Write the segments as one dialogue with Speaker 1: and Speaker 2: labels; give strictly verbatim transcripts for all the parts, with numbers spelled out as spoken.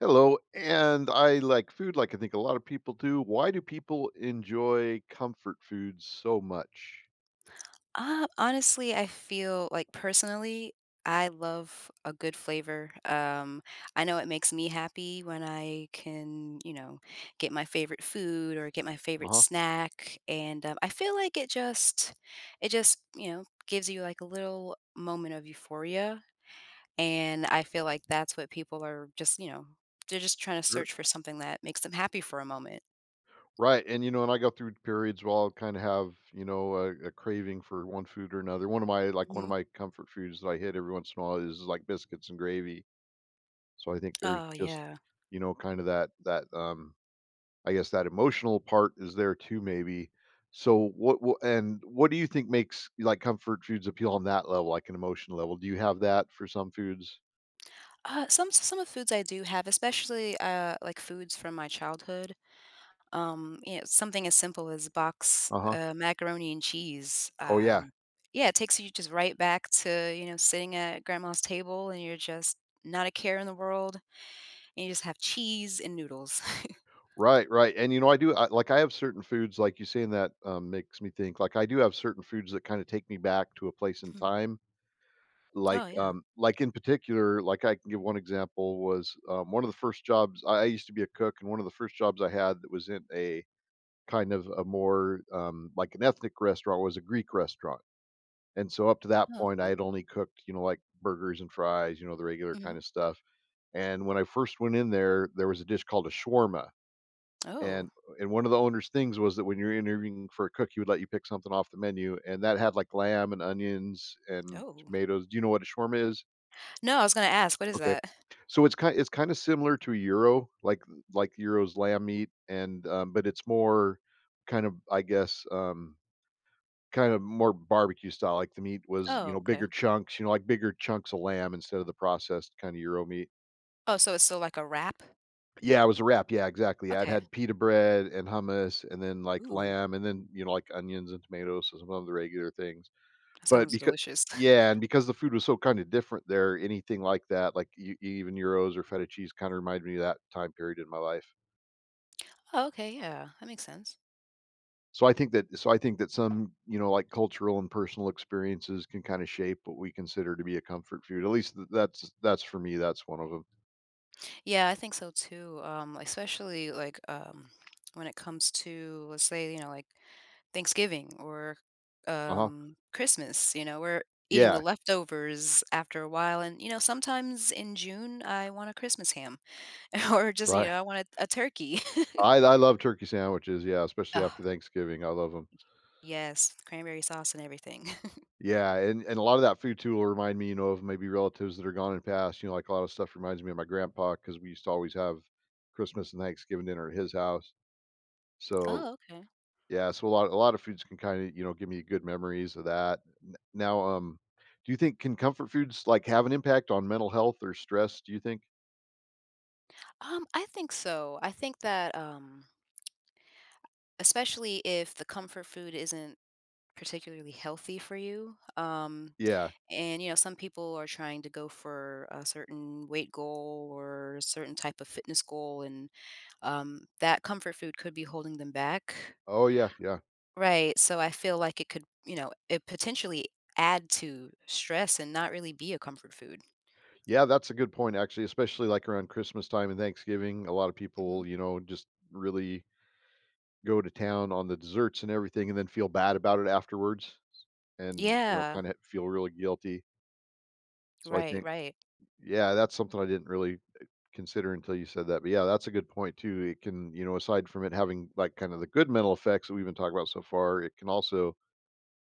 Speaker 1: Hello, and I like food like I think a lot of people do. Why do people enjoy comfort foods so much?
Speaker 2: Uh, honestly, I feel like personally, I love a good flavor. Um, I know it makes me happy when I can, you know, get my favorite food or get my favorite
Speaker 1: Uh-huh.
Speaker 2: snack, and um, I feel like it just, it just, you know, gives you like a little moment of euphoria, and I feel like that's what people are just, you know, they're just trying to
Speaker 1: er,
Speaker 2: search for something that makes them happy for a moment.
Speaker 1: Right. And you know, and I go through periods where I'll kind of have, you know, a, a craving for one food or another. One of my like one
Speaker 2: Hmm
Speaker 1: of my comfort foods that I hit every once in a while is like biscuits and gravy. So I think there's
Speaker 2: Oh
Speaker 1: just,
Speaker 2: yeah.
Speaker 1: you know, kind of that that um I guess that emotional part is there too, maybe. So what, what and what do you think makes like comfort foods appeal on that level, like an emotional level? Do you have that for some foods?
Speaker 2: Uh, some some of the foods I do have, especially, uh, like, foods from my childhood, um, you know, something as simple as box,
Speaker 1: Uh-huh.
Speaker 2: uh, macaroni and cheese,
Speaker 1: Oh yeah.
Speaker 2: um yeah, it takes you just right back to, you know, sitting at grandma's table, and you're just not a care in the world, and you just have cheese and noodles.
Speaker 1: Right, right. And you know, I do I, like I have certain foods like you saying that um, makes me think like I do have certain foods that kind of take me back to a place in
Speaker 2: Mhm.
Speaker 1: time. Like
Speaker 2: Oh, yeah.
Speaker 1: um like in particular, like I can give one example was um, one of the first jobs I, I used to be a cook, and one of the first jobs I had that was in a Kind of a more, um, like an ethnic restaurant, was a Greek restaurant, and so up to that
Speaker 2: Oh,
Speaker 1: point I
Speaker 2: okay.
Speaker 1: had only cooked, you know, like burgers and fries, you know, the regular
Speaker 2: Mhm.
Speaker 1: kind of stuff, and when I first went in there, there was a dish called a shawarma,
Speaker 2: Oh.
Speaker 1: and and one of the owner's things was that when you're interviewing for a cook, he would let you pick something off the menu, and that had like lamb and onions and
Speaker 2: Oh.
Speaker 1: tomatoes. Do you know what a shawarma is?
Speaker 2: No, I was gonna ask, what is
Speaker 1: Okay,
Speaker 2: that?
Speaker 1: so it's kind it's kind of similar to a gyro, like like gyro's lamb meat, and um, but it's more kind of, I guess, um Kind of more barbecue style, like the meat was, you
Speaker 2: Oh,
Speaker 1: know, bigger
Speaker 2: okay.
Speaker 1: chunks, you know, like bigger chunks of lamb instead of the processed kind of Euro meat.
Speaker 2: Oh, so it's still like a wrap?
Speaker 1: Yeah, it was a wrap. Yeah, exactly. I'd
Speaker 2: Okay.
Speaker 1: had pita bread and hummus, and then like
Speaker 2: Ooh,
Speaker 1: lamb and then, you know, like onions and tomatoes, and some of the regular things.
Speaker 2: that
Speaker 1: But
Speaker 2: sounds
Speaker 1: because
Speaker 2: delicious.
Speaker 1: yeah, and because the food was so kind of different there, anything like that, like e even euros or feta cheese kind of reminded me of that time period in my life.
Speaker 2: Oh, okay, yeah, that makes sense.
Speaker 1: So I think that so I think that some, you know, like, cultural and personal experiences can kinda shape what we consider to be a comfort food, at least th that's that's for me, that's one of them. 'em.
Speaker 2: Yeah, I think so too. Um, especially like um, when it comes to, let's say, you know, like Thanksgiving or
Speaker 1: Uh-huh.
Speaker 2: um, Christmas, you know, we're eating the
Speaker 1: Yeah,
Speaker 2: leftovers after a while. And, you know, sometimes in June, I want a Christmas ham or just, you
Speaker 1: right.
Speaker 2: know, I want a, a turkey.
Speaker 1: I I love turkey sandwiches, yeah, especially
Speaker 2: Oh,
Speaker 1: after Thanksgiving, I love them.
Speaker 2: yes, cranberry sauce and everything.
Speaker 1: Yeah, and and a lot of that food too will remind me, you know, of maybe relatives that are gone and passed, you know, like, a lot of stuff reminds me of my grandpa because we used to always have Christmas and Thanksgiving dinner at his house, so
Speaker 2: Oh, okay.
Speaker 1: Yeah, so a lot a lot of foods can kinda, you know, give me good memories of that. N now, um, do you think can comfort foods, like, have an impact on mental health or stress, do you think?
Speaker 2: Um, I think so. I think that um, especially if the comfort food isn't particularly healthy for you. Um,
Speaker 1: Yeah.
Speaker 2: And you know, some people are trying to go for a certain weight goal or a certain type of fitness goal, and um, that comfort food could be holding them back.
Speaker 1: Oh, yeah, yeah.
Speaker 2: Right. So I feel like it could, you know, it potentially add to stress and not really be a comfort food.
Speaker 1: Yeah, that's a good point, actually, especially, like, around Christmas time and Thanksgiving. A lot of
Speaker 2: Hmm
Speaker 1: people, you know, just really go to town on the desserts and everything and then feel bad about it afterwards and, you know,
Speaker 2: Yeah.
Speaker 1: kinda feel really guilty. So I
Speaker 2: Right.
Speaker 1: think
Speaker 2: Right.
Speaker 1: yeah, that's something I didn't really consider until you said that. But yeah, that's a good point too. It can, you know, aside from it having like kind of the good mental effects that we've been talking about so far, it can also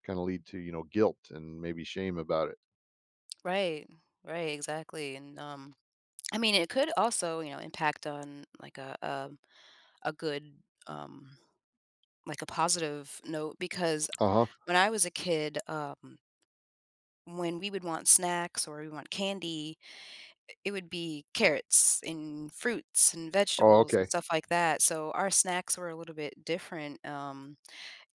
Speaker 1: kind of lead to, you know, guilt and maybe shame about it.
Speaker 2: Right. Right. Exactly. And um, I mean, it could also, you know, impact on like a a, a good um like a positive note because
Speaker 1: Uh huh.
Speaker 2: when I was a kid, um, when we would want snacks or we want candy, it would be carrots and fruits and
Speaker 1: Oh,
Speaker 2: vegetables and
Speaker 1: okay.
Speaker 2: stuff like that. So our snacks were a little bit different. Um,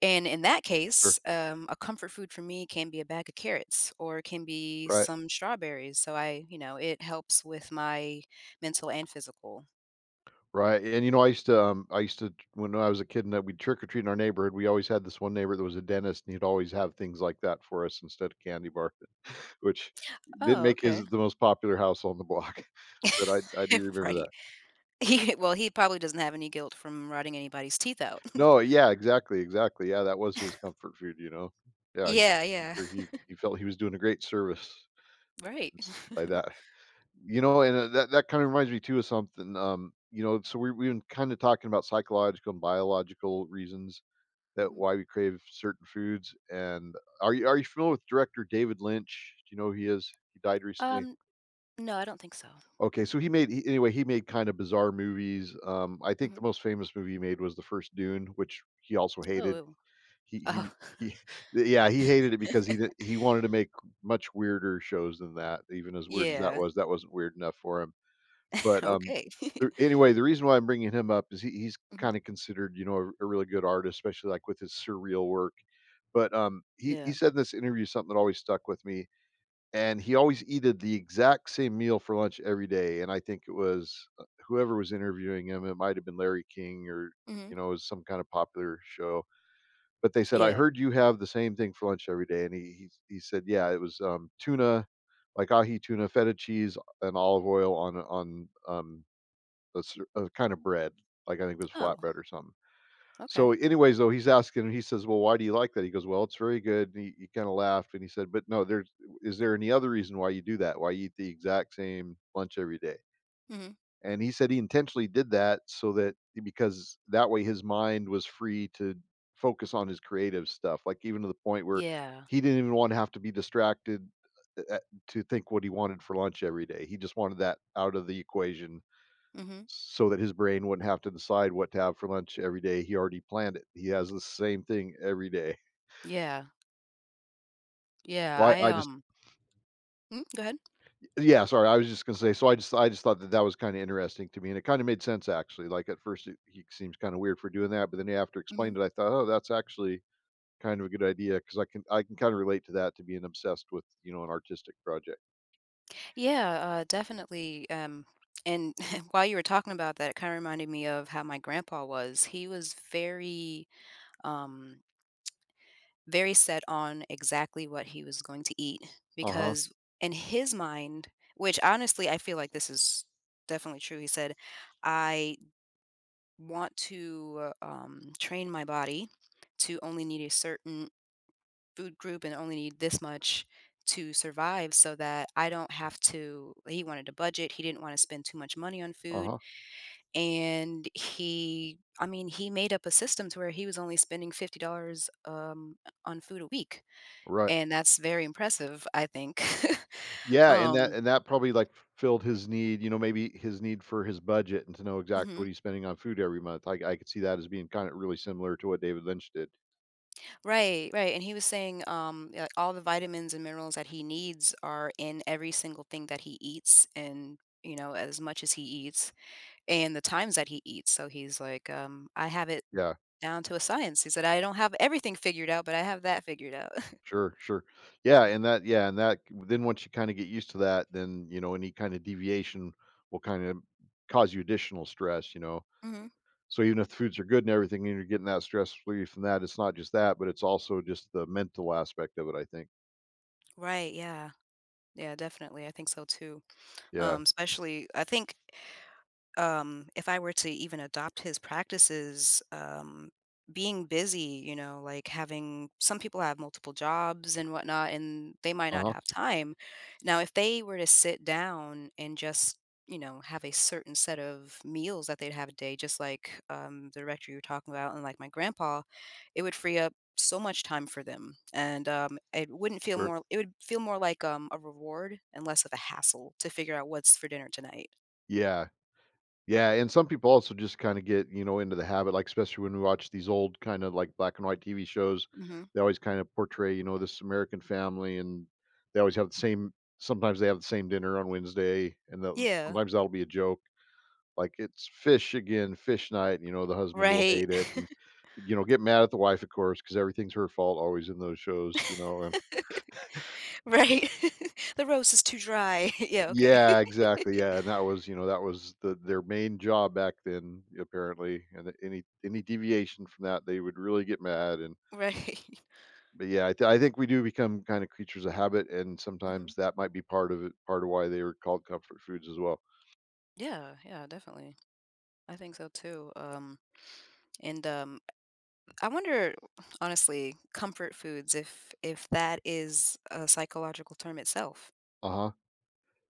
Speaker 2: and in that
Speaker 1: Sure.
Speaker 2: case, um, a comfort food for me can be a bag of carrots or it can be
Speaker 1: Right.
Speaker 2: some strawberries. So I, you know, it helps with my mental and physical.
Speaker 1: Right. And you know, I used to, um, I used to when I was a kid, and that we'd trick or treat in our neighborhood. We always had this one neighbor that was a dentist, and he'd always have things like that for us instead of candy bar, which didn't
Speaker 2: Oh,
Speaker 1: make
Speaker 2: okay.
Speaker 1: his the most popular house on the block. But I I do remember
Speaker 2: Right.
Speaker 1: that.
Speaker 2: He, well, he probably doesn't have any guilt from rotting anybody's teeth out.
Speaker 1: No, yeah, exactly, exactly. Yeah, that was his comfort food, you know? Yeah, he
Speaker 2: Yeah,
Speaker 1: I'm
Speaker 2: yeah.
Speaker 1: sure he he felt he was doing a great service
Speaker 2: Right.
Speaker 1: s by that. You know, and, uh, that that kinda reminds me too of something, um, you know, so we we've been kinda talking about psychological and biological reasons that
Speaker 2: Mhm.
Speaker 1: why we crave certain foods, and are you are you familiar with director David Lynch? Do you know who he is? He died recently.
Speaker 2: Um, no, I don't think so.
Speaker 1: Okay, so he made he anyway, he made kinda bizarre movies, um, I think the
Speaker 2: Mhm.
Speaker 1: most famous movie he made was the first Dune, which he also hated.
Speaker 2: Oh.
Speaker 1: He
Speaker 2: Oh.
Speaker 1: he he yeah, he hated it because he did he wanted to make much weirder shows than that, even as weird as that
Speaker 2: Yeah.
Speaker 1: was, that wasn't weird enough for him. But, um,
Speaker 2: Okay.
Speaker 1: the anyway, the reason why I'm bringing him up is he he's
Speaker 2: Mhm.
Speaker 1: kinda considered, you know, a a really good artist, especially, like, with his surreal work. But, um, he he
Speaker 2: Yeah.
Speaker 1: said in this interview something that always stuck with me, and he always eated the exact same meal for lunch every day, and I think it was, uh, whoever was interviewing him, it might have been Larry King, or,
Speaker 2: Mhm.
Speaker 1: you know, it was some kind of popular show. But they said, "I
Speaker 2: Yeah.
Speaker 1: heard you have the same thing for lunch every day," and he he he said, "Yeah, it was, um, tuna, like ahi tuna, feta cheese, and olive oil on on, um, a cer a kind of bread." Like, I think it was
Speaker 2: Oh,
Speaker 1: flatbread or something.
Speaker 2: okay.
Speaker 1: So, anyways, though, he's asking he says, "Well, why do you like that?" He goes, "Well, it's very good," and he he kinda laughed, and he said, "But no, there's is there any other reason why you do that? Why you eat the exact same lunch every day?"
Speaker 2: Mhm.
Speaker 1: And he said he intentionally did that so that eh, because that way his mind was free to focus on his creative stuff, like even to the point where
Speaker 2: Yeah.
Speaker 1: he didn't even want to have to be distracted uh, uh, to think what he wanted for lunch every day. He just wanted that out of the equation
Speaker 2: Mhm.
Speaker 1: so that his brain wouldn't have to decide what to have for lunch every day. He already planned it. He has the same thing every day,
Speaker 2: Yeah. Yeah,
Speaker 1: so I,
Speaker 2: I,
Speaker 1: I just
Speaker 2: um Mm, go ahead.
Speaker 1: Yeah, sorry, I was just gonna say, so I just I just thought that that was kinda interesting to me, and it kinda made sense, actually. Like, at first, it he seems kinda weird for doing that, but then after
Speaker 2: Mhm.
Speaker 1: explained it, I thought, "Oh, that's actually kind of a good idea, because I can I can kinda relate to that, to being obsessed with, you know, an artistic project."
Speaker 2: Yeah, uh, definitely, um, and while you were talking about that, it kinda reminded me of how my grandpa was. He was very, um very set on exactly what he was going to eat
Speaker 1: Uh-huh,
Speaker 2: because in his mind, which honestly I feel like this is definitely true, he said, "I want to uh, um, train my body to only need a certain food group and only need this much to survive so that I don't have to." He wanted a budget. He didn't want to spend too much money on food,
Speaker 1: uh-huh,
Speaker 2: and he, I mean, he made up a system to where he was only spending fifty dollars um, on food a week,
Speaker 1: right.
Speaker 2: and that's very impressive, I think.
Speaker 1: Yeah, and that
Speaker 2: Um
Speaker 1: and that probably, like, filled his need, you know, maybe his need for his budget and to know exactly
Speaker 2: Mhm.
Speaker 1: what he's spending on food every month. I I could see that as being kinda really similar to what David Lynch did.
Speaker 2: Right, right, and he was saying, um, yeah, all the vitamins and minerals that he needs are in every single thing that he eats and, you know, as much as he eats and the times that he eats, so he's like, um, "I have it
Speaker 1: Yeah.
Speaker 2: down to a science." He said, "I don't have everything figured out, but I have that figured out."
Speaker 1: Sure, sure. Yeah, and that yeah, and that then once you kinda get used to that, then, you know, any kind of deviation will kinda cause you additional stress, you know?
Speaker 2: Mhm.
Speaker 1: So even if the foods are good and everything and you're getting that stress relief from that, it's not just that, but it's also just the mental aspect of it, I think.
Speaker 2: Right, yeah. Yeah, definitely, I think so too.
Speaker 1: Yeah.
Speaker 2: Um, especially I think um, if I were to even adopt his practices, um, being busy, you know, like having some people have multiple jobs and whatnot, and they might not
Speaker 1: Uh-huh.
Speaker 2: have time. Now, if they were to sit down and just, you know, have a certain set of meals that they'd have a day, just like um, the director you were talking about, and like my grandpa, it would free up so much time for them and um it wouldn't feel
Speaker 1: Sure.
Speaker 2: more it would feel more like um a reward and less of a hassle to figure out what's for dinner tonight.
Speaker 1: Yeah. Yeah, and some people also just kinda get, you know, into the habit, like, especially when we watch these old kinda, like, black and white T V shows,
Speaker 2: Hmm
Speaker 1: they always kinda portray, you know, this American family, and they always have the same sometimes they have the same dinner on Wednesday, and they'll
Speaker 2: Yeah.
Speaker 1: sometimes that'll be a joke, like, "It's fish again, fish night," you know, the husband will
Speaker 2: Right.
Speaker 1: hate it and, you know, get mad at the wife, of course, because everything's her fault always in those shows, you know, and
Speaker 2: Right. The rose is too dry. Yeah, okay.
Speaker 1: Yeah, exactly. Yeah, and that was, you know, that was the their main job back then, apparently. And that any any deviation from that, they would really get mad. And
Speaker 2: Right.
Speaker 1: But yeah, I, th- I think we do become kind of creatures of habit, and
Speaker 2: Mhm.
Speaker 1: sometimes that might be part of it, part of why they were called comfort foods as well.
Speaker 2: Yeah, yeah, definitely. I think so too. Um, and, um, I wonder, honestly, comfort foods, if if that is a psychological term itself.
Speaker 1: Uh huh.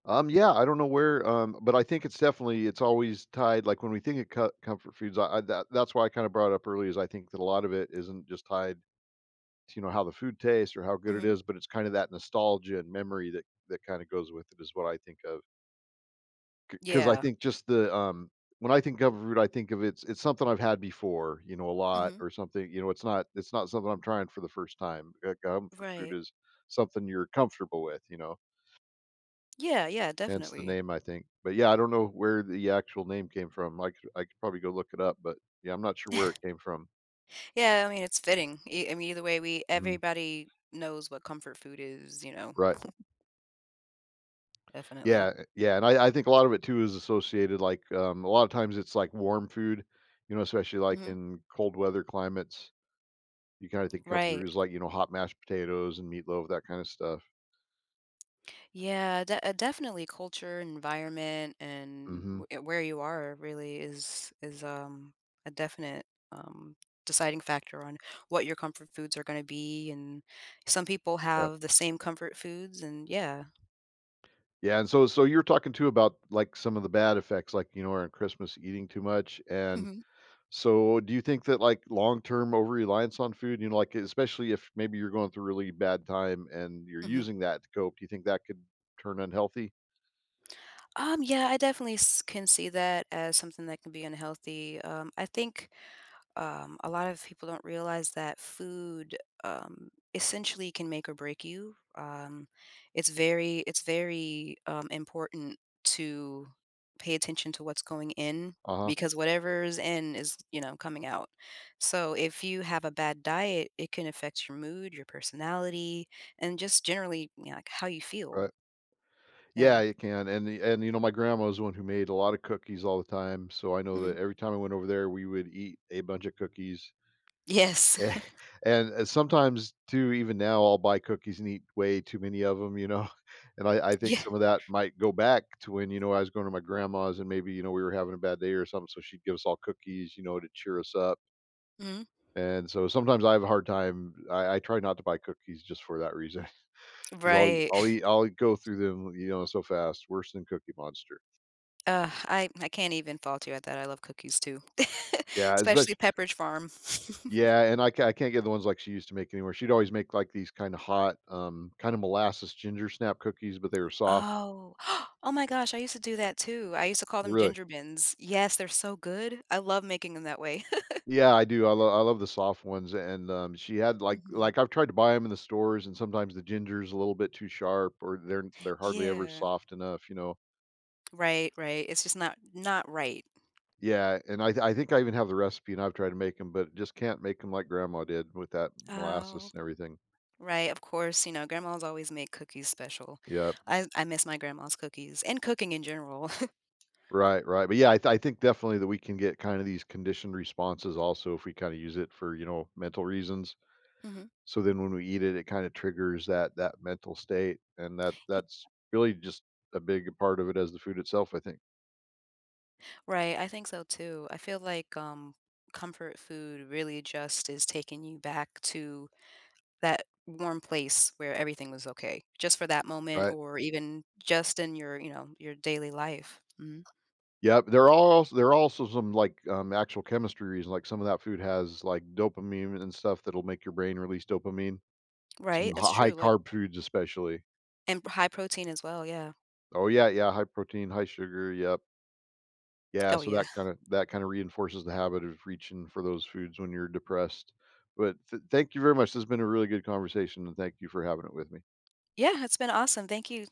Speaker 1: Um. Yeah, I don't know where. Um. But I think it's definitely it's always tied. Like when we think of co- comfort foods, I, I that that's why I kind of brought up earlier is I think that a lot of it isn't just tied, you know, how the food tastes or how good it
Speaker 2: Mhm.
Speaker 1: is, but it's kind of that nostalgia and memory that that kind of goes with it is what I think of. Cause I
Speaker 2: Yeah.
Speaker 1: think just the um when I think of root, I think of it's it's something I've had before, you know, a lot
Speaker 2: Mhm.
Speaker 1: or something. You know, it's not it's not something I'm trying for the first time. Uh, Comfort food
Speaker 2: Right.
Speaker 1: is something you're comfortable with, you know.
Speaker 2: Yeah, yeah,
Speaker 1: Hence the
Speaker 2: definitely.
Speaker 1: name, I think. But yeah, I don't know where the actual name came from. I could I could probably go look it up, but yeah, I'm not sure where it came from.
Speaker 2: Yeah, I mean, it's fitting. E I mean, either way, we
Speaker 1: Mhm.
Speaker 2: everybody knows what comfort food is, you know,
Speaker 1: Right.
Speaker 2: definitely.
Speaker 1: Yeah, eh, yeah, and I I think a lot of it too is associated, like, um, a lot of times it's, like, warm food, you know, especially, like,
Speaker 2: Mhm.
Speaker 1: in cold weather climates, you kinda think comfort
Speaker 2: Right.
Speaker 1: food is, like, you know, hot mashed potatoes and meatloaf, that kinda stuff.
Speaker 2: Yeah, de- uh, definitely culture, environment, and
Speaker 1: Mhm,
Speaker 2: w- eh, where you are really is is um a definite um deciding factor on what your comfort foods are going to be. And some people
Speaker 1: yep.
Speaker 2: have the same comfort foods, and yeah.
Speaker 1: Yeah, and so so you were talking too about, like, some of the bad effects, like, you know, around Christmas eating too much, and
Speaker 2: hmm
Speaker 1: so do you think that, like, long-term over-reliance on food, you know, like, especially if maybe you're going through a really bad time and you're
Speaker 2: hmm
Speaker 1: using that to cope, do you think that could turn unhealthy?
Speaker 2: Um, yeah, I definitely s- can see that as something that can be unhealthy. Um, I think um, a lot of people don't realize that food um, essentially can make or break you. Um, it's very it's very um, important to pay attention to what's going in
Speaker 1: Uh-huh,
Speaker 2: because whatever's in is, you know, coming out. So if you have a bad diet, it can affect your mood, your personality, and just generally, you know, like how you feel.
Speaker 1: right.
Speaker 2: Yeah.
Speaker 1: Yeah, you can, and the and, you know, my grandma was the one who made a lot of cookies all the time, so I know
Speaker 2: hmm
Speaker 1: that every time I went over there, we would eat a bunch of cookies.
Speaker 2: Yes.
Speaker 1: And and uh, sometimes too, even now, I'll buy cookies and eat way too many of them, you know? And I I think
Speaker 2: Yeah.
Speaker 1: some of that might go back to when, you know, I was going to my grandma's and maybe, you know, we were having a bad day or something, so she'd give us all cookies, you know, to cheer us up.
Speaker 2: hmm
Speaker 1: And so sometimes I have a hard time I I try not to buy cookies just for that reason, because I 'cause I'll
Speaker 2: Right.
Speaker 1: I'll eat I'll go through them, you know, so fast, worse than Cookie Monster.
Speaker 2: Uh, I I can't even fault you at that, I love cookies too.
Speaker 1: Yeah, as much
Speaker 2: Especially Pepperidge Farm.
Speaker 1: yeah, and I ca I can't get the ones like she used to make anymore. She'd always make, like, these kinda hot, um, kinda molasses ginger snap cookies, but they were soft.
Speaker 2: Oh. Oh my gosh, I used to do that too, I used to call them
Speaker 1: Really?
Speaker 2: ginger bins. Yes, they're so good, I love making them that way.
Speaker 1: Yeah, I do. I lo I love the soft ones, and, um, she had, like
Speaker 2: Mhm.
Speaker 1: like, I've tried to buy them in the stores, and sometimes the ginger's a little bit too sharp, or they're they're hardly ever
Speaker 2: Yeah.
Speaker 1: soft enough, you know?
Speaker 2: Right, right, it's just not not right.
Speaker 1: Yeah, and I I think I even have the recipe, and I've tried to make them, but just can't make make them like grandma did with that
Speaker 2: Oh,
Speaker 1: molasses and everything.
Speaker 2: right, of course, you know, grandmas always make cookies special.
Speaker 1: Yep.
Speaker 2: I I miss my grandma's cookies and cooking in general.
Speaker 1: Right, right. But yeah, I, th- I think definitely that we can get kind of these conditioned responses also if we kind of use it for, you know, mental reasons.
Speaker 2: Mhm.
Speaker 1: So then when we eat it, it kind of triggers that that mental state. And that that's really just a big part of it as the food itself, I think.
Speaker 2: Right, I think so too. I feel like um, comfort food really just is taking you back to that warm place where everything was okay, just for that moment,
Speaker 1: Right.
Speaker 2: or even just in your, you know, your daily life. Mhm.
Speaker 1: Yep. There are also there are also some like um actual chemistry reasons. Like some of that food has like dopamine and stuff that'll make your brain release dopamine. Some
Speaker 2: Right, that's
Speaker 1: hi- high
Speaker 2: true. Like,
Speaker 1: carb foods especially.
Speaker 2: and high protein as well. Yeah.
Speaker 1: Oh yeah, yeah, high protein, high sugar. Yep. Yeah,
Speaker 2: Oh
Speaker 1: so
Speaker 2: yeah.
Speaker 1: that kinda that kinda reinforces the habit of reaching for those foods when you're depressed. But th thank you very much. This has been a really good conversation, and thank you for having it with me.
Speaker 2: Yeah, it's been awesome. Thank you.